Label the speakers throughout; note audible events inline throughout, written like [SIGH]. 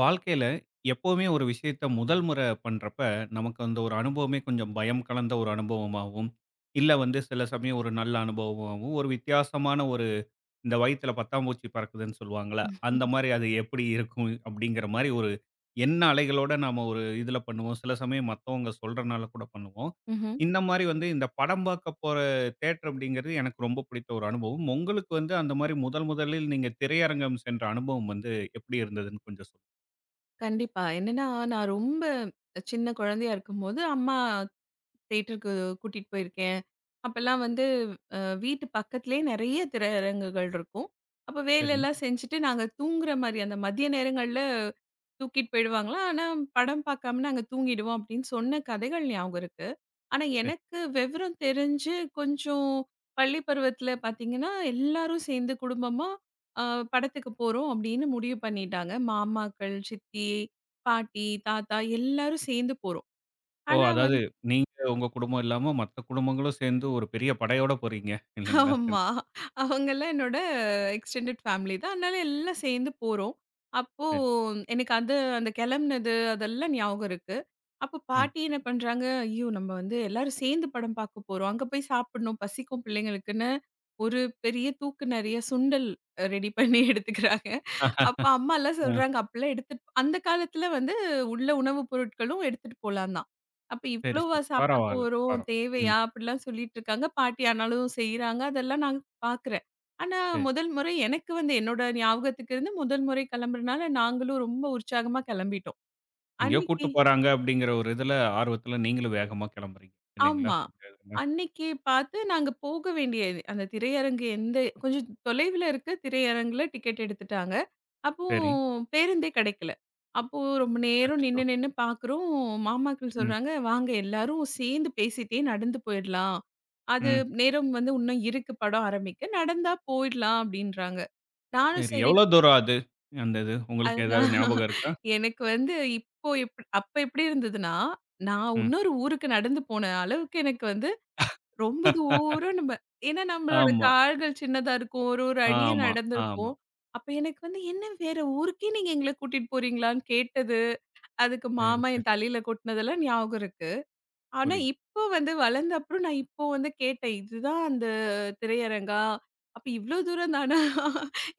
Speaker 1: வாழ்க்கையில எப்பவுமே ஒரு விஷயத்த முதல் முறை பண்றப்ப, நமக்கு அந்த ஒரு அனுபவமே கொஞ்சம் பயம் கலந்த ஒரு அனுபவமாவும், இல்ல சில சமயம் ஒரு நல்ல அனுபவமாவும், ஒரு வித்தியாசமான ஒரு இந்த வயித்துல பட்டாம்பூச்சி பறக்குதுன்னு சொல்லுவாங்கல்ல, அந்த மாரி அது எப்படி இருக்கும் அப்படிங்கிற மாரி ஒரு எண்ண அலைகளோட நாம ஒரு இதுல பண்ணுவோம். சில சமயம் மத்தவங்க சொல்றனால கூட பண்ணுவோம்.
Speaker 2: ம்ஹ்ம்.
Speaker 1: இந்த மாரி இந்த படம் பார்க்க போற தியேட்டர் அப்படிங்கிறது எனக்கு ரொம்ப பிடித்த ஒரு அனுபவம். உங்களுக்கு அந்த மாரி முதல் முதலில் நீங்க திரையரங்கம் சென்ற அனுபவம் எப்படி இருந்ததுன்னு கொஞ்சம் சொல்லுங்க.
Speaker 2: கண்டிப்பா. என்னன்னா, நான் ரொம்ப சின்ன குழந்தையா இருக்கும்போது, அம்மா தியேட்டருக்கு கூட்டிட்டு போயிருக்கேன். அப்பலாம் வந்து வீட்டு பக்கத்துலேயே நிறைய திரையரங்குகள் இருக்கும். அப்ப
Speaker 1: சரி.
Speaker 2: வேலையெல்லாம் செஞ்சுட்டு நாங்க தூங்குற மாரி அந்த மதிய நேரங்கள்ல தூக்கிட்டு போயிடுவாங்களாம். ஆனா, படம் பார்க்காம நாங்க தூங்கிடுவோம் அப்படின்னு சொன்ன கதைகள் ஞாபகம் இருக்கு. ஆனா,
Speaker 1: சரி.
Speaker 2: எனக்கு விவரம் தெரிஞ்சு கொஞ்சம் பள்ளி பருவத்துல பார்த்தீங்கன்னா, எல்லாரும் சேர்ந்து குடும்பமா அ படத்துக்கு போறோம் அப்படின்னு முடிவு பண்ணிட்டாங்க. மாமாக்கள், சித்தி, பாட்டி, தாத்தா எல்லாரும் சேர்ந்து போறோம்.
Speaker 1: ஓ!
Speaker 2: ஆனா,
Speaker 1: அதாவது நீங்க உங்க குடும்பம் இல்லாம மத்த குடும்பங்களும் சேர்ந்து ஒரு பெரிய படையோட போறீங்க இல்லைங்களா?
Speaker 2: ஆமா. அவங்கலாம் என்னோட எக்ஸ்டெண்டட் ஃபேமிலி தான். அதனால எல்லாம் சேர்ந்து போறோம். அப்போ
Speaker 1: சரி.
Speaker 2: எனக்கு அது அந்த கிளம்புனது அதெல்லாம் ஞாபகம் இருக்கு. அப்போ
Speaker 1: ம்.
Speaker 2: பாட்டி என்ன பண்றாங்க, ஐயோ! நம்ம வந்து எல்லாரும் சேர்ந்து படம் பார்க்க போறோம். அங்க போய் சாப்பிடணும். பசிக்கும் பிள்ளைங்களுக்குன்னு ஒரு பெரிய தூக்கு நெறைய சுண்டல் ரெடி பண்ணி எடுத்துக்கிறாங்க.
Speaker 1: ஆ,
Speaker 2: அப்ப அம்மாலாம்
Speaker 1: ஆ.
Speaker 2: சொல்றாங்க, அப்பலாம் எடுத்துட்டு அந்த காலத்துல வந்து உள்ள உணவுப் பொருட்களும் எடுத்துட்டு போலாம் தான். அப்ப
Speaker 1: சரி,
Speaker 2: இவ்வளவா
Speaker 1: சரி.
Speaker 2: சாப்பிட
Speaker 1: பரவால்ல.
Speaker 2: போறோம்,
Speaker 1: பரவால்ல. ம்.
Speaker 2: தேவையா? அப்படிலாம் சொல்லிட்டுருக்காங்க. பாட்டி ஆனாலும் செய்றாங்க. அதெல்லாம் நான் பார்க்குறேன். ஆனா,
Speaker 1: சரி.
Speaker 2: முதல் முறை எனக்கு வந்து என்னோட ஞாபகத்துக்கு இருந்து முதல் முறை கிளம்புறனால, நாங்களும் ரொம்ப உற்சாகமா கிளம்பிட்டோம்.
Speaker 1: எங்கேயோ கூட்டு
Speaker 2: அன்னைக்கு
Speaker 1: போறாங்க அப்படிங்கிற ஒரு இதுல ஆர்வத்துல நீங்களும் வேகமா கிளம்புறீங்க இல்லைங்களா?
Speaker 2: ஆமா.
Speaker 1: இந்த இதுல.
Speaker 2: அன்னைக்கு பார்த்து நாங்க போக வேண்டிய அந்த திரையரங்கு எந்த கொஞ்சம் தொலைவில இருக்க திரையரங்குல டிக்கெட் எடுத்துட்டாங்க. அப்போ
Speaker 1: சரி.
Speaker 2: பேருந்தே கிடைக்கல. அப்போ ரொம்ப நேரம்
Speaker 1: அச்சச்சோ!
Speaker 2: நின்னு நின்னு பார்க்குறோம். மாமாக்கள்
Speaker 1: ம்,
Speaker 2: சொல்றாங்க, "வாங்க எல்லாரும் சேர்ந்து பேசிட்டே நடந்து போயிடலாம். அது
Speaker 1: ம்.
Speaker 2: நேரம் வந்து இன்னும் இருக்கு படம் ஆரம்பிக்க. நடந்தா போயிடலாம்" அப்படின்றாங்க. நானும்
Speaker 1: சரி.
Speaker 2: சரி.
Speaker 1: எவ்வளோ தூரம் அது? அந்த இது உங்களுக்கு ஏதாவது
Speaker 2: அதுதான்
Speaker 1: ஞாபகம் இருக்கா?
Speaker 2: எனக்கு வந்து இப்போ அப்ப எப்படி இருந்ததுன்னா, நான்
Speaker 1: ம்.
Speaker 2: இன்னொரு ஊருக்கு நடந்து போன அளவுக்கு எனக்கு வந்து ரொம்ப
Speaker 1: [LAUGHS]
Speaker 2: தூரம் நம்ம ஏன்னா நம்மளோட
Speaker 1: ஆமா,
Speaker 2: கால்கள் சின்னதா இருக்கும். ஒரு ஒரு அடியே
Speaker 1: ஆமா, ஆமா.
Speaker 2: நடந்திருப்போம். அப்ப எனக்கு வந்து, "என்ன வேற ஊருக்கே நீங்க எங்கள கூட்டிட்டு போறீங்களான்னு?" கேட்டது. அதுக்கு மாமா
Speaker 1: சரி.
Speaker 2: என் தலையில கொட்டுனதெல்லாம் ஞாபகம் இருக்கு. ஆனா
Speaker 1: புரியுது.
Speaker 2: இப்போ வந்து வளர்ந்த அப்புறம் நான் இப்போ வந்து கேட்டேன். "இதுதான் அந்த திரையரங்கா? அப்ப இவ்ளோ தூரம் தானா?"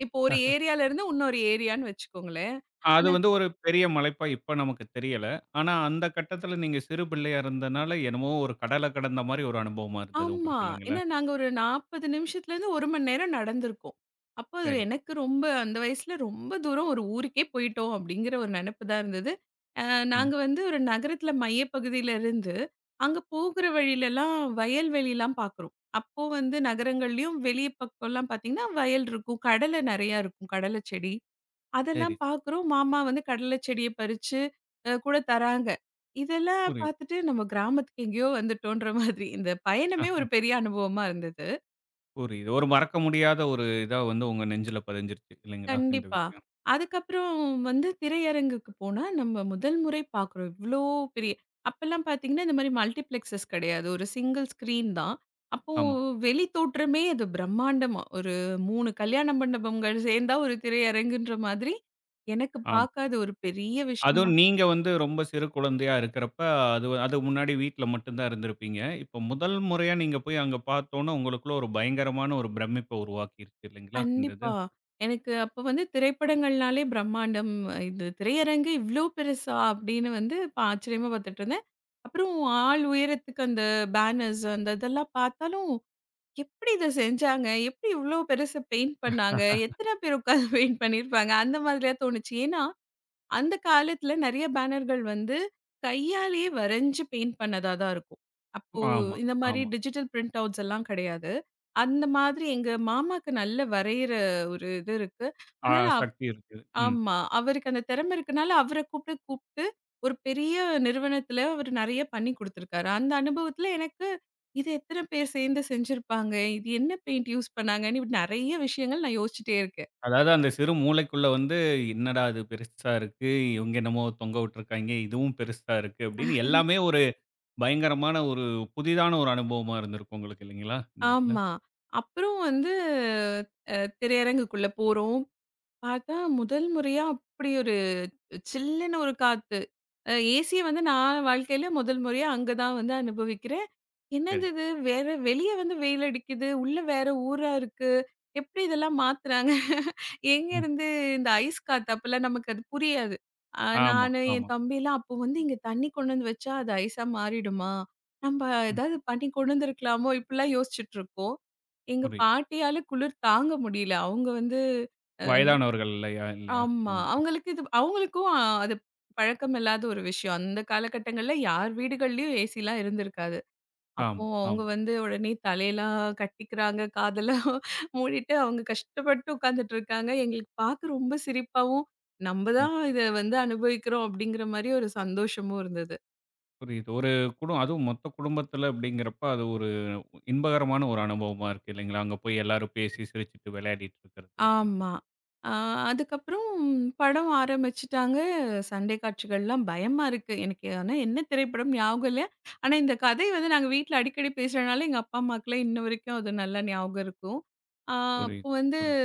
Speaker 2: இப்போ ஒரு ஏரியால இருந்து இன்னொரு ஏரியான்னு வச்சுக்கோங்களேன்.
Speaker 1: அது
Speaker 2: ஆனா,
Speaker 1: ஒரு பெரிய மலைப்பா இப்ப நமக்கு தெரியல. ஆனா அந்த கட்டத்துல நீங்க சிறு பிள்ளையா இருந்தனால, என்னமோ ஒரு கடல கடந்த மாரி ஒரு அனுபவமா இருந்தது
Speaker 2: ஆமா.
Speaker 1: உங்களுக்கு இல்லைங்களா?
Speaker 2: ஏன்னா நாங்க ஒரு 40 நிமிஷத்துலேருந்து 1 மணி நேரம் நடந்திருக்கோம். அப்போ அது
Speaker 1: சரி.
Speaker 2: எனக்கு ரொம்ப அந்த வயசுல ரொம்ப தூரம் ஒரு ஊருக்கே போயிட்டோம் அப்படிங்கிற ஒரு நெனப்பு தான் இருந்தது. அ
Speaker 1: ம்.
Speaker 2: நாங்க வந்து ஒரு நகரத்தில மையப்பகுதியில இருந்து, அங்க போகிற வழியிலலாம் வயல்வெளிலாம் பார்க்குறோம். அப்போ வந்து நகரங்கள்லயும் வெளிய பக்கம்லாம் பார்த்தீங்கன்னா, வயல் இருக்கும். கடலை நெறையா இருக்கும். கடலை செடி.
Speaker 1: சரி.
Speaker 2: அதெல்லாம் பார்க்குறோம். மாமா வந்து கடலை செடிய பறிச்சு கூட தராங்க. இதெல்லாம்
Speaker 1: புரியுது.
Speaker 2: பார்த்துட்டு நம்ம கிராமத்துக்கு எங்கேயோ வந்துட்டோன்ற மாதிரி. இந்த பயணமே
Speaker 1: ஆ
Speaker 2: ஒரு பெரிய அனுபவமா இருந்தது.
Speaker 1: புரியுது. ஒரு மறக்க முடியாத ஒரு இதா உங்க நெஞ்சுல பதிஞ்சிருச்சு இல்லைங்களா? இந்த
Speaker 2: கண்டிப்பா.
Speaker 1: விஷயம்.
Speaker 2: அதுக்கப்புறம் வந்து திரையரங்குக்கு போனா நம்ம முதல் முறை பார்க்குறோம். இவ்ளோ பெரிய அப்பல்லாம் பார்த்தீங்கன்னா, இந்த மாரி மல்டிப்ளெக்ஸஸ் கிடையாது. ஒரு சிங்கிள் ஸ்க்ரீன் தான். அப்போ
Speaker 1: ஆமா,
Speaker 2: வெளி தோற்றமே அது பிரம்மாண்டமா. ஒரு 3 கல்யாண மண்டபங்கள் சேர்ந்தா ஒரு திரையரங்குன்ற மாதிரி. எனக்கு
Speaker 1: ஆமா.
Speaker 2: பார்க்காத ஒரு பெரிய
Speaker 1: அதுவும்
Speaker 2: விஷயமா.
Speaker 1: நீங்க ரொம்ப சிறு குழந்தையா இருக்கிறப்ப, அதுக்கு முன்னாடி வீட்ல மட்டும் தான் இருந்திருப்பீங்க. இப்ப முதல் முறையா நீங்க போய் அங்க பார்த்தோன, உங்களுக்குள்ள ஒரு பயங்கரமான ஒரு பிரமிப்ப உருவாக்கிருச்சு இல்லைங்களா? இந்த இது.
Speaker 2: கண்டிப்பா. எனக்கு அப்ப வந்து திரைப்படங்கள்னாலே பிரம்மாண்டம். இது திரையரங்கு இவ்ளோ பெருசா! அப்படின்னு வந்து ஆச்சரியமா பார்த்துட்டுருந்தேன். அப்புறம் ஆள் உயரத்துக்கு அந்த பேனர்ஸ் அந்த இதெல்லாம் பார்த்தாலும், எப்படி இத செஞ்சாங்க? எப்படி இவ்ளோ பெருசு பெயிண்ட் பண்ணாங்க? எத்தன பேர் உட்கார்ந்து பெயிண்ட் பண்ணியிருப்பாங்க? அந்த மாதிரியா தோணுச்சு. ஏன்னா, அந்த காலத்துல நெறைய பேனர்கள் வந்து கையாலேயே வரைஞ்சு பெயிண்ட் பண்ணதா தான் இருக்கும். அப்போ
Speaker 1: ஆமா,
Speaker 2: இந்த மாரி
Speaker 1: ஆமா.
Speaker 2: டிஜிட்டல் பிரிண்ட் அவுட்ஸ் எல்லாம் கிடையாது. அந்த மாதிரி எங்க மாமாக்கு நல்ல வரையிற ஒரு இது இருக்கு.
Speaker 1: ஆ
Speaker 2: அதனால
Speaker 1: சக்தி இருக்குது. ம்.
Speaker 2: ஆமா. அவருக்கு அந்த திறமை இருக்கனால அவர கூப்பிட்டு கூப்பிட்டு ஒரு பெரிய நிறுவனத்துல அவரு நெறைய பண்ணி குடுத்துருக்காரு. அந்த அனுபவத்துல எனக்கு இது எத்தன பேர் சேர்ந்து செஞ்சிருப்பாங்க? இது என்ன பெயிண்ட் யூஸ் பண்ணாங்கன்னு இப்படி நெறைய விஷயங்கள் நான் யோசிச்சுட்டே இருக்கேன்.
Speaker 1: அதாவது அந்த சிறு மூளைக்குள்ள "என்னடா இது பெருசா இருக்கு. இவங்க என்னமோ தொங்க விட்டுருக்காய்ங்க. இதுவும் பெருசா இருக்கு." அப்படின்னு எல்லாமே ஒரு பயங்கரமான ஒரு புதிதான ஒரு அனுபவமா இருந்திருக்கும் உங்களுக்கு இல்லைங்களா? இந்த இதுல.
Speaker 2: ஆமா. அப்புறம் வந்து திரையரங்குக்குள்ள போறோம். பார்த்தா முதல் முறையா அப்படி சில்லுன்னு ஒரு காத்து. ஏசிய வந்து நான் வாழ்க்கையில முதல் முறையா அங்க தான் வந்து அனுபவிக்கிறேன்.
Speaker 1: சரி.
Speaker 2: என்னது இது? வேற வெளிய வந்து வெயில் அடிக்குது. உள்ள வேற ஊரா இருக்கு. எப்படி இதெல்லாம் மாத்துறாங்க?
Speaker 1: ம்.
Speaker 2: எங்கேருந்து இந்த ஐஸ் காத்து அப்பலாம் நமக்கு அது புரியாது.
Speaker 1: ஆமா,
Speaker 2: நானு,
Speaker 1: ஆமா.
Speaker 2: என் தம்பிலாம் அப்போ வந்து இங்க தண்ணி கொண்டு வந்து வச்சா அது ஐஸா மாறிடுமா? நம்ப
Speaker 1: ம்.
Speaker 2: ஏதாவது பண்ணி கொண்டு வந்திருக்கலாமோ? இப்படிலாம் யோசிச்சுட்டு இருக்கோம். எங்க
Speaker 1: புரியுது.
Speaker 2: பாட்டியால குளிர் தாங்க முடியல. அவங்க வந்து
Speaker 1: வயதானவர்கள் இல்லையா இல்லையா?
Speaker 2: ஆமா.
Speaker 1: அவங்க.
Speaker 2: அவங்களுக்கு இது அவங்களுக்கும் அது பழக்கம் இல்லாத ஒரு விஷயம். அந்த காலகட்டங்கள்ல யார் வீடுகள்லயும் ஏசிலாம் இருந்திருக்காது. அப்போ
Speaker 1: ஆமா,
Speaker 2: அவங்க
Speaker 1: ஆமா.
Speaker 2: வந்து உடனே தலையெல்லாம் கட்டிக்கிறாங்க, காதெல்லாம் [LAUGHS] மூடிட்டு அவங்க கஷ்டப்பட்டு உட்காந்துட்டு இருக்காங்க. எங்களுக்கு பார்க்க ரொம்ப சிரிப்பாவும், நம்ம
Speaker 1: ம்.
Speaker 2: தான் இத வந்து அனுபவிக்கிறோம் அப்படிங்கிற மாரி ஒரு சந்தோஷமும் இருந்தது.
Speaker 1: புரியுது. ஒரு அதுவும் மொத்த குடும்பத்துல அப்படிங்கிறப்ப, அது ஒரு இன்பகரமான ஒரு அனுபவமா இருக்கு இல்லைங்களா? அங்க போய் எல்லாரும் பேசி சிரிச்சுட்டு விளையாடிட்டு இருக்கிறது அப்படிங்கிறது.
Speaker 2: ஆமா. ஆ அதுக்கப்புறம் படம் ஆரம்பிச்சுட்டாங்க. சண்டை காட்சிகள்லாம் பயமா இருக்கு. எனக்கு ஆனா என்ன திரைப்படம் ஞாபகம் இல்ல. ஆனா இந்த கதை வந்து நாங்க வீட்ல அடிக்கடி பேசுறனால எங்க அப்பா, அம்மாக்குலாம் இன்ன வரைக்கும் அது நல்லா ஞாபகம் இருக்கும். ஆ அப்போ
Speaker 1: புரியுது,
Speaker 2: வந்து
Speaker 1: புரியுது.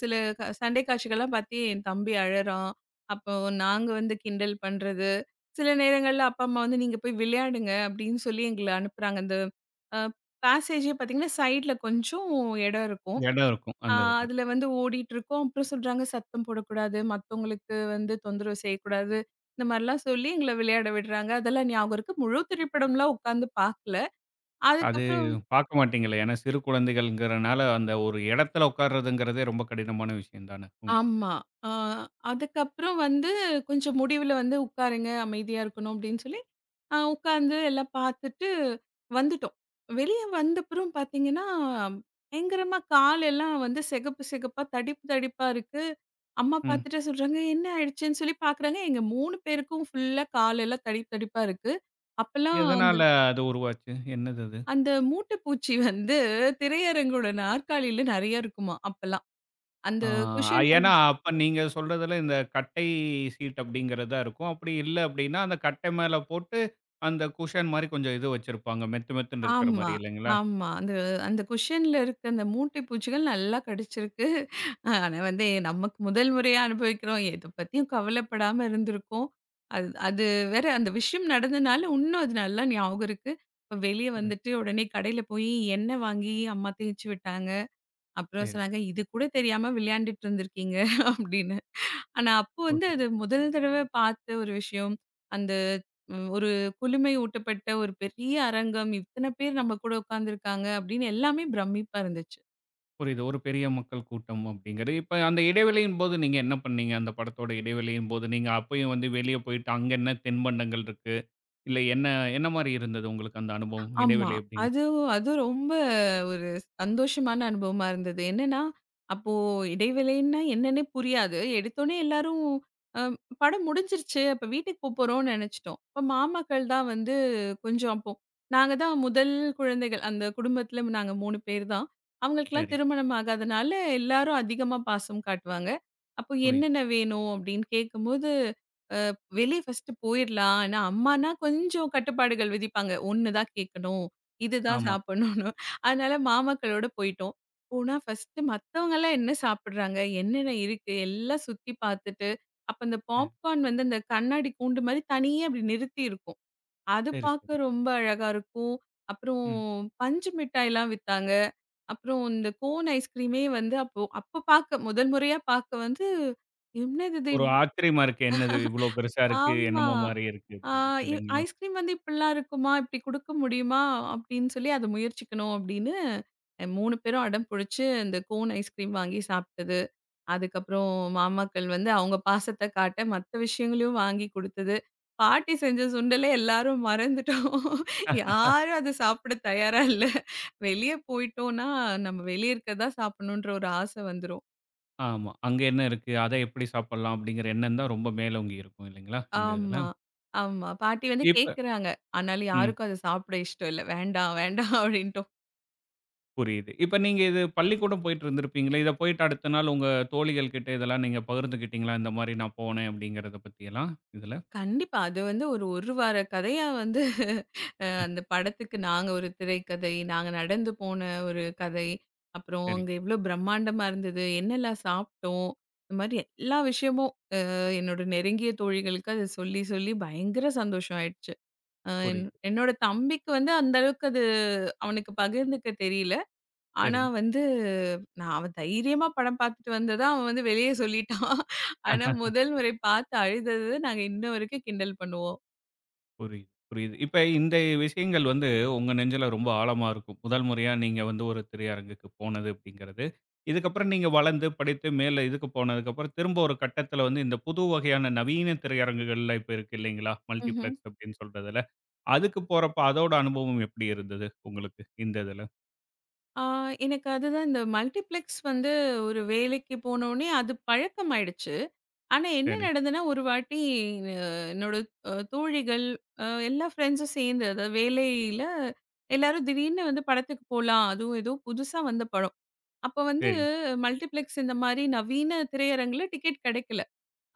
Speaker 2: சில சண்டை காட்சிகள்லாம் பாத்து என் தம்பி அழறான். அப்போ நாங்க வந்து கிண்டல் பண்றது. சில நேரங்கள்ல அப்பா, அம்மா வந்து, "நீங்க போய் விளையாடுங்க" அப்படின்னு சொல்லி எங்கள அனுப்புறாங்க. அந்த அ பேசேஜே பாத்தீங்கன்னா, சைட்ல கொஞ்சம் இடம் இருக்கும்.
Speaker 1: இடம் இருக்கும்
Speaker 2: ஆ
Speaker 1: அந்த இதுல.
Speaker 2: அதுல வந்து ஓடிட்டுருக்கோம். அப்புறம் சொல்றாங்க சத்தம் போடக்கூடாது, மத்தவங்களுக்கு வந்து தொந்தரவு செய்யக்கூடாது. இந்த மாரிலாம் சொல்லி எங்கள விளையாட விடுறாங்க. அதெல்லாம் ஞாபகம் இருக்கு. முழு திரைப்படம்லாம் உட்காந்து பார்க்கல.
Speaker 1: அது
Speaker 2: அதுக்கப்புறம்
Speaker 1: பார்க்க மாட்டீங்களே! ஏன்னா சிறு குழந்தைகள்ங்கிறனால, அந்த ஒரு இடத்துல உட்கார்றதுங்கிறதே ரொம்ப கடினமான விஷயம் தானே உங்களுக்கு.
Speaker 2: ஆமா. ஆ அதுக்கப்புறம் வந்து கொஞ்சம் முடிவுல வந்து உட்காருங்க, அமைதியா இருக்கணும் அப்படின்னு சொல்லி, உட்கார்ந்து எல்லாம் பார்த்துட்டு வந்துட்டோம். வெளிய வந்தப்புறம் பார்த்தீங்கன்னா, பயங்கரமா காலெல்லாம் வந்து சிகப்பு சிகப்பா, தடிப்பு தடிப்பா இருக்கு. அம்மா
Speaker 1: ம்.
Speaker 2: பார்த்துட்டு சொல்றாங்க, "என்ன ஆயிடுச்சுன்னு?" சொல்லி பார்க்குறாங்க. எங்க 3 பேருக்கும் ஃபுல்லா காலெல்லாம் தடிப்பு தடிப்பா இருக்கு. அப்பலாம் அந்த
Speaker 1: எதனால அது உருவாச்சு? என்னது அது?
Speaker 2: அந்த மூட்டை பூச்சி வந்து திரையரங்கோட நாற்காலியில நெறைய இருக்குமாம் அப்பலாம். அந்த
Speaker 1: ஆ
Speaker 2: குஷன்
Speaker 1: ஏன்னா, அப்ப நீங்க சொல்றதுல இந்த கட்டை சீட் அப்படிங்கிறது தான் இருக்கும். அப்படி இல்ல அப்படின்னா, அந்த கட்டை மேல போட்டு அந்த குஷன் மாரி கொஞ்சம் இது வச்சிருப்பாங்க. மெத்து மெத்துன்னு இருக்கிற
Speaker 2: ஆமா,
Speaker 1: மாரி இல்லைங்களா?
Speaker 2: ஆமா. அந்த அந்த குஷன்ல இருக்க அந்த மூட்டை பூச்சிகள் நல்லா கடிச்சிருக்கு. ஆனா வந்து நமக்கு முதல் முறையா அனுபவிக்கிறோம். எத பத்தியும் கவலைப்படாம இருந்திருக்கோம். அது அது வேற அந்த விஷயம் நடந்தனால, இன்னும் அது நல்லா ஞாபகம் இருக்கு. இப்ப வெளிய
Speaker 1: புரி
Speaker 2: வந்துட்டு உடனே கடையில போய் எண்ணெய் வாங்கி அம்மா தேய்ச்சு விட்டாங்க. அப்புறம்
Speaker 1: சரி.
Speaker 2: சொன்னாங்க, "இது கூட தெரியாம விளையாண்டுட்டு இருந்திருக்கீங்க" அப்படின்னு. ஆனா, அப்போ வந்து
Speaker 1: புரி
Speaker 2: அது முதல் தடவை பார்த்த ஒரு விஷயம். அந்த ஒரு குளுமை ஊட்டப்பட்ட ஒரு பெரிய அரங்கம். இத்தன பேர் நம்ம கூட உட்கார்ந்துருக்காங்க அப்படின்னு எல்லாமே பிரமிப்பா இருந்துச்சு.
Speaker 1: புரியுது. ஒரு பெரிய மக்கள் கூட்டம் அப்படிங்கிறது. இப்ப அந்த இடைவெளியின் போது நீங்க என்ன பண்ணீங்க? அந்த படத்தோட இடைவெளியின் போது நீங்க அப்பயும் வெளிய போயிட்டு, அங்க என்ன தின்பண்டங்கள் இருக்கு? இல்ல என்ன என்ன மாரி இருந்தது உங்களுக்கு அந்த அனுபவம்?
Speaker 2: ஆமா.
Speaker 1: இடைவெளி எப்படிங்க?
Speaker 2: அது அது ரொம்ப ஒரு சந்தோஷமான அனுபவமா இருந்தது. என்னன்னா, அப்போ இடைவேளைன்னா என்னன்னே புரியாது. எடுத்தோனே எல்லாரும் அ படம் முடிஞ்சிருச்சு. அப்ப வீட்டுக்கு போப்போறோம்னு நெனச்சுட்டோம். அப்ப மாமாக்கள் தான் வந்து கொஞ்சம் அப்போ நாங்க தான் முதல் குழந்தைகள். அந்த குடும்பத்துல நாங்க 3 பேர் தான். அவங்களுக்கெல்லாம்
Speaker 1: சரி.
Speaker 2: திருமணம் ஆகாதனால எல்லாரும் அதிகமா பாசம் காட்டுவாங்க. அப்போ
Speaker 1: புரியுது.
Speaker 2: என்னென்ன வேணும் அப்படின்னு கேட்கும்போது வெளிய ஃபர்ஸ்ட்டு போயிரலாம். ஆனா, அம்மானா கொஞ்சம் கட்டுப்பாடுகள் விதிப்பாங்க. ஒண்ணு தான் கேட்கணும். இதுதான்
Speaker 1: ஆமா.
Speaker 2: சாப்பிடணும்னு. அதனால மாமாக்களோட போயிட்டோம். போனா ஃபர்ஸ்ட்டு மத்தவங்கலாம் என்ன சாப்பிடுறாங்க? என்னென்ன இருக்கு? எல்லாம் சுத்தி பார்த்துட்டு, அப்ப அந்த
Speaker 1: சரி,
Speaker 2: பாப்கார்ன் வந்து அந்த கண்ணாடி கூண்டு மாரி தனியா அப்படி நிறுத்தி இருக்கும். அது
Speaker 1: சரி, சரி.
Speaker 2: பார்க்க ரொம்ப அழகா இருக்கும். அப்புறம்
Speaker 1: ம்.
Speaker 2: பஞ்சு மிட்டாய்லாம் வித்தாங்க. அப்புறம் இந்த கோன் ஐஸ்கிரீமே வந்து அப்போ அப்ப பார்க்க முதல் முறையா பார்க்க வந்து என்னது இது?
Speaker 1: ஒரு ஆச்சரியமா இருக்கு. என்னது இவ்ளோ பெருசா இருக்கு,
Speaker 2: ஆமா.
Speaker 1: என்னமோ மாரி இருக்கு
Speaker 2: ஆ
Speaker 1: அப்படின்னு.
Speaker 2: இ
Speaker 1: இல்லைங்களா?
Speaker 2: ஐஸ்கிரீம் வந்து இப்படிலாம் இருக்குமா? இப்படி குடுக்க முடியுமா? அப்படின்னு சொல்லி அத முயற்சிக்கணும் அப்படின்னு, 3 பேரும் அடம் புடிச்சு இந்த கோன் ஐஸ்கிரீம் வாங்கி சாப்பிட்டது. அதுக்கப்புறம் மாமாக்கள் வந்து அவங்க பாசத்த காட்ட மத்த விஷயங்களையும் வாங்கி குடுத்தது. பாட்டி செஞ்ச சுண்டலே எல்லாரும் மறந்துட்டோம். யாரும் அத சாப்பிட தயாரா இல்ல. வெளிய போயிட்டோம்னா, நம்ம வெளிய இருக்கிறது தான் சாப்பிடணுன்ற ஒரு ஆசை வந்துரும்.
Speaker 1: ஆமா. அங்க என்ன இருக்கு? அத எப்படி சாப்பிடலாம்? அப்படிங்கிற எண்ணம் தான் ரொம்ப மேலோங்கி இருக்கும் இல்லைங்களா? இந்த இதுல.
Speaker 2: ஆமா. ஆமா. பாட்டி வந்து
Speaker 1: இப்ப
Speaker 2: கேட்கறாங்க. ஆனாலும்
Speaker 1: ம்.
Speaker 2: யாருக்கும் அத சாப்பிட இஷ்டம் இல்ல. "வேண்டாம், வேண்டாம்" அப்படின்ட்டோம்.
Speaker 1: புரியுது. இப்ப நீங்க பள்ளிக்கூடம் போயிட்டு இருந்திருப்பீங்களே, இத போயிட்டு அடுத்த நாள் உங்க தோழிகள் கிட்ட இதெல்லாம் நீங்க பகிர்ந்துக்கிட்டீங்களா? இந்த மாரி நான் போனேன் அப்படிங்கிறத பத்தியெல்லாம் இதுல?
Speaker 2: கண்டிப்பா. அது வந்து ஒரு 1 வார கதையா வந்து
Speaker 1: ம்.
Speaker 2: அந்த படத்துக்கு நாங்க ஒரு திரைக்கதை, நாங்க நடந்து போன ஒரு கதை, அப்புறம்
Speaker 1: சரி.
Speaker 2: அங்க எவ்ளோ பிரம்மாண்டமா இருந்தது, என்னலாம் சாப்பிட்டோம், இந்த மாரி எல்லா விஷயமும் என்னோட நெருங்கிய தோழிகளுக்கு அத சொல்லி, சொல்லி பயங்கர சந்தோஷம் ஆயிடுச்சு. அ என்
Speaker 1: புரியுது.
Speaker 2: என்னோட தம்பிக்கு வந்து அந்த அளவுக்கு அது அவனுக்கு பகிர்ந்துக்க தெரியல. ஆனா
Speaker 1: சரி.
Speaker 2: வந்து நான் அவன் தைரியமா படம் பார்த்துட்டு வந்தத அவன் வந்து வெளிய சொல்லிட்டான். ஆனா முதல் முறை பார்த்து அழுதது நாங்க இன்ன வரைக்கும் கிண்டல் பண்ணுவோம்.
Speaker 1: புரியுது, புரியுது. இப்ப இந்த விஷயங்கள் உங்க நெஞ்சில ரொம்ப ஆழமா இருக்கும். முதல் முறையா நீங்க ஒரு திரையரங்குக்கு போனது அப்படிங்கிறது. இதுக்கப்புறம் நீங்க வளர்ந்து, படித்து மேல இதுக்கு போனதுக்கப்புறம் திரும்ப ஒரு கட்டத்தில இந்த புது வகையான நவீன திரையரங்குகள்லாம் இப்ப இருக்கு இல்லைங்களா?
Speaker 2: ம்ஹ்ம்.
Speaker 1: மல்டிப்ளெக்ஸ் அப்படின்னு சொல்றதுல. அதுக்கு போறப்ப அதோட அனுபவம் எப்படி இருந்தது உங்களுக்கு? இந்த இதுல.
Speaker 2: ஆ எனக்கு அதுதான் இந்த மல்டிப்ளெக்ஸ் வந்து ஒரு வேலைக்கு போனோனே அது பழக்கமாயிடுச்சு. ஆனா என்ன
Speaker 1: சரி,
Speaker 2: நடந்ததுன்னா, ஒரு வாட்டி அ என்னோட தோழிகள் எல்லா ஃப்ரெண்ட்ஸும் சேர்ந்து அதாவது வேலையில எல்லாரும் திடீர்னு வந்து படத்துக்கு போலாம். அதுவும் ஏதோ புதுசா வந்த படம். அப்ப வந்து
Speaker 1: சரி,
Speaker 2: மல்டிப்ளெக்ஸ் இந்த மாரி நவீன திரையரங்குல டிக்கெட் கிடைக்கல.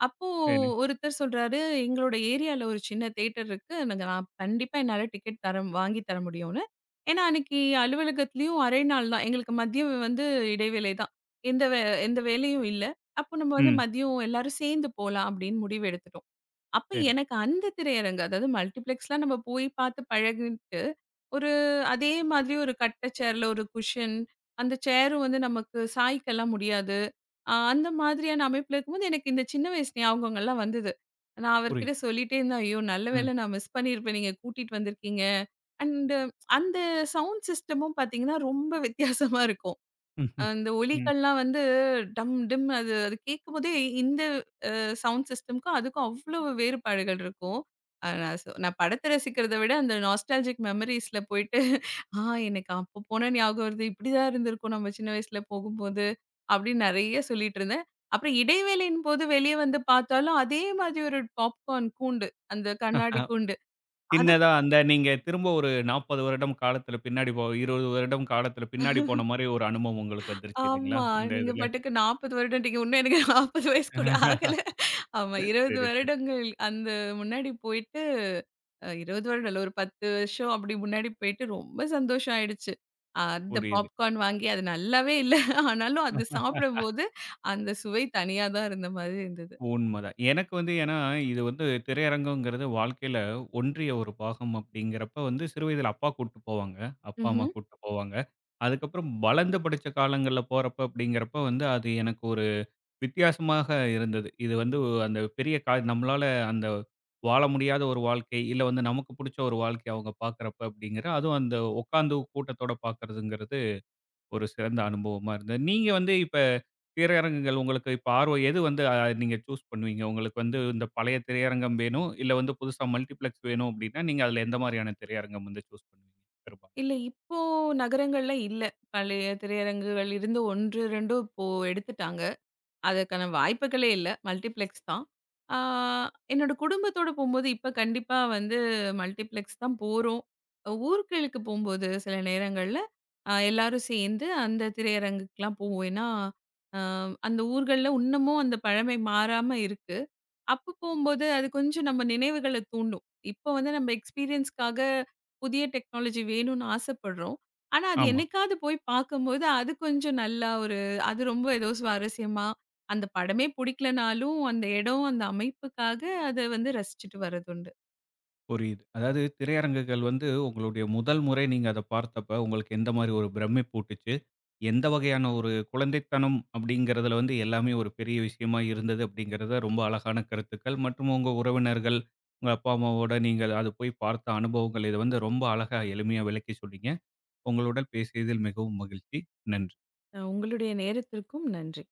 Speaker 2: அப்போ
Speaker 1: சரி.
Speaker 2: ஒருத்தர் சொல்றாரு, "எங்களோட ஏரியால ஒரு சின்ன தியேட்டர் இருக்கு. எனக்கு நான் கண்டிப்பா என்னால டிக்கெட் தர வாங்கி தர முடியும்னு." ஏன்னா அன்னைக்கு அலுவலகத்திலயும் அரை நாள் தான். எங்களுக்கு மதியம் வந்து இடைவேளை தான். எந்த வே எந்த வேலையும் இல்ல. அப்போ நம்ம வந்து
Speaker 1: ம்.
Speaker 2: மதியம் எல்லாரும் சேர்ந்து போலாம் அப்படின்னு முடிவு எடுத்துட்டோம். அப்ப
Speaker 1: சரி.
Speaker 2: எனக்கு அந்த திரையரங்கு, அதாவது மல்டிப்ளெக்ஸ்லாம் நம்ம போய் பார்த்து பழகிட்டு, ஒரு அதே மாதிரி ஒரு கட்ட சேர்ல ஒரு குஷன், அந்த சேரும் வந்து நமக்கு சாய்க்கலாம் முடியாது. அந்த மாதிரியான அமைப்புல இருக்கும்போது, எனக்கு இந்த சின்ன வயசு ஞாபகங்கள்லாம் வந்தது. நான் அவர்கிட்ட
Speaker 1: புரியுது.
Speaker 2: சொல்லிட்டே இருந்தேன், "ஐயோ! நல்ல
Speaker 1: ம்.
Speaker 2: வேளை நான் மிஸ் பண்ணியிருப்பேன். நீங்க கூட்டிட்டு வந்திருக்கீங்க." அண்ட் அந்த சவுண்ட் சிஸ்டமும் பார்த்தீங்கன்னா, ரொம்ப வித்தியாசமா இருக்கும்.
Speaker 1: ம்.
Speaker 2: அந்த
Speaker 1: ம்.
Speaker 2: ஒலிகள்லாம் வந்து டம் டிம் அது அது கேட்கும்போதே இந்த சவுண்ட் சிஸ்டம்க்கும் அதுக்கும் அவ்வளவு வேறுபாடுகள் இருக்கும். அ நான் சொ நான் படத்த ரசிக்கிறத விட அந்த நாஸ்டால்ஜிக் மெமரீஸ்ல போயிட்டு, ஆ எனக்கு அப்போ போனா ஞாபகம் வருது. இப்படிதான் இருந்திருக்கும் நம்ம சின்ன வயசுல போகும்போது, அப்படின்னு நெறைய சொல்லிட்டு இருந்தேன். அப்புறம் இடைவேளையின் போது வெளிய வந்து பார்த்தாலும், அதே மாதிரி ஒரு பாப்கார்ன் கூண்டு, அந்த கண்ணாடி கூண்டு. அது
Speaker 1: சின்னதா அந்த நீங்க திரும்ப ஒரு 40 வருடம் காலத்துல பின்னாடி 20 வருடம் காலத்துல பின்னாடி போன மாரி ஒரு அனுபவம் உங்களுக்கு வந்துருச்சு இல்லைங்களா?
Speaker 2: ஆமா.
Speaker 1: இந்த
Speaker 2: நீங்க
Speaker 1: இதுல.
Speaker 2: பாட்டுக்கு 40 வருடம்ன்றீங்க. இன்னும் எனக்கு 40 வயசு கூட ஆகல.
Speaker 1: [LAUGHS]
Speaker 2: ஆமா, 20
Speaker 1: சரி, சரி.
Speaker 2: வருடங்கள் அந்த முன்னாடி போயிட்டு 20 வருடம் இல்ல. ஒரு 10 வருஷம் அப்படி முன்னாடி போயிட்டு ரொம்ப சந்தோஷம் ஆயிடுச்சு. அந்த
Speaker 1: புரியுது.
Speaker 2: பாப்கார்ன் வாங்கி அது நல்லாவே இல்ல. [LAUGHS] ஆனாலும் அது சாப்பிடும்போது அந்த சுவை தனியா தான் இருந்த மாதிரி இருந்தது.
Speaker 1: உண்மதான். எனக்கு ஏன்னா, இது திரையரங்குங்கிறது வாழ்க்கையில ஒன்றிய ஒரு பாகம் அப்படிங்கிறப்ப சிறு வயதில அப்பா கூட்டு போவாங்க. அப்பா, அம்மா
Speaker 2: ம்ஹ்ம்.
Speaker 1: கூட்டு போவாங்க. அதுக்கப்புறம் வளர்ந்து படிச்ச காலங்கள்ல போறப்ப அப்படிங்கிறப்ப அது எனக்கு ஒரு வித்தியாசமாக இருந்தது. இது அந்த பெரிய நம்மளால அந்த வாழ முடியாத ஒரு வாழ்க்கை, இல்ல நமக்கு புடிச்ச ஒரு வாழ்க்கைய அவங்க பார்க்குறப்ப அப்படிங்கிற, அதுவும் அந்த உட்காந்து கூட்டத்தோட பார்க்குறதுங்கிறது ஒரு சிறந்த அனுபவமா இருந்தது. நீங்க இப்ப திரையரங்குகள் உங்களுக்கு இப்ப ஆர்வம் எது வந்து அ நீங்க சூஸ் பண்ணுவீங்க? உங்களுக்கு இந்த பழைய திரையரங்கம் வேணும், இல்ல புதுசா மல்டிப்ளெக்ஸ் வேணும் அப்படின்னா, நீங்க அதுல எந்த மாதிரியான திரையரங்கம் சூஸ் பண்ணுவீங்க பெரும்பாலும்?
Speaker 2: இல்ல இப்போ நகரங்கள்ல இல்ல. பழைய திரையரங்குகள் இருந்த 1, 2 இப்போ எடுத்துட்டாங்க. அதற்கான வாய்ப்புகளே இல்ல. மல்டிப்ளெக்ஸ் தான். ஆ என்னோட குடும்பத்தோட போம்போது, இப்ப கண்டிப்பா வந்து மல்டிப்ளெக்ஸ் தான் போறோம். ஊர்களுக்கு போம்போது சில நேரங்கள்ல எல்லாரும் சேர்ந்து அந்த திரையரங்குக்குலாம் போவோம். ஏன்னா, அ அந்த ஊர்கள்ல இன்னமும் அந்த பழமை மாறாம இருக்கு. அப்ப போம்போது, அது கொஞ்சம் நம்ம நினைவுகள தூண்டும். இப்போ வந்து நம்ம எக்ஸ்பீரியன்ஸ்க்காக புதிய டெக்னாலஜி வேணும்னு ஆசைப்படுறோம். ஆனா, அது
Speaker 1: ஆமா.
Speaker 2: என்னைக்காவது போய் பார்க்கும்போது, அது கொஞ்சம் நல்லா ஒரு அது ரொம்ப ஏதோ சுவாரஸ்யமா, அந்த படமே பிடிக்கலனாலும், அந்த இடம், அந்த அமைப்புக்காக அத வந்து ரசிச்சுட்டு வரதுண்டு.
Speaker 1: புரியுது. அதாவது திரையரங்குகள் உங்களுடைய முதல் முறை நீங்க அத பார்த்தப்ப, உங்களுக்கு எந்த மாரி ஒரு பிரமிப்பூட்டுச்சு? எந்த வகையான ஒரு குழந்தைத்தனம் அப்படிங்கிறதுல எல்லாமே ஒரு பெரிய விஷயமா இருந்தது அப்படிங்கிறத ரொம்ப அழகான கருத்துக்கள் மற்றும் உங்க உறவினர்கள், உங்க அப்பா, அம்மாவோட நீங்க அது போய் பார்த்த அனுபவங்கள் இத ரொம்ப அழகா எளிமையா விளக்கி சொன்னீங்க. உங்களுடன் பேசியதில் மிகவும் மகிழ்ச்சி. நன்றி.
Speaker 2: உங்களுடைய நேரத்திற்கும் நன்றி.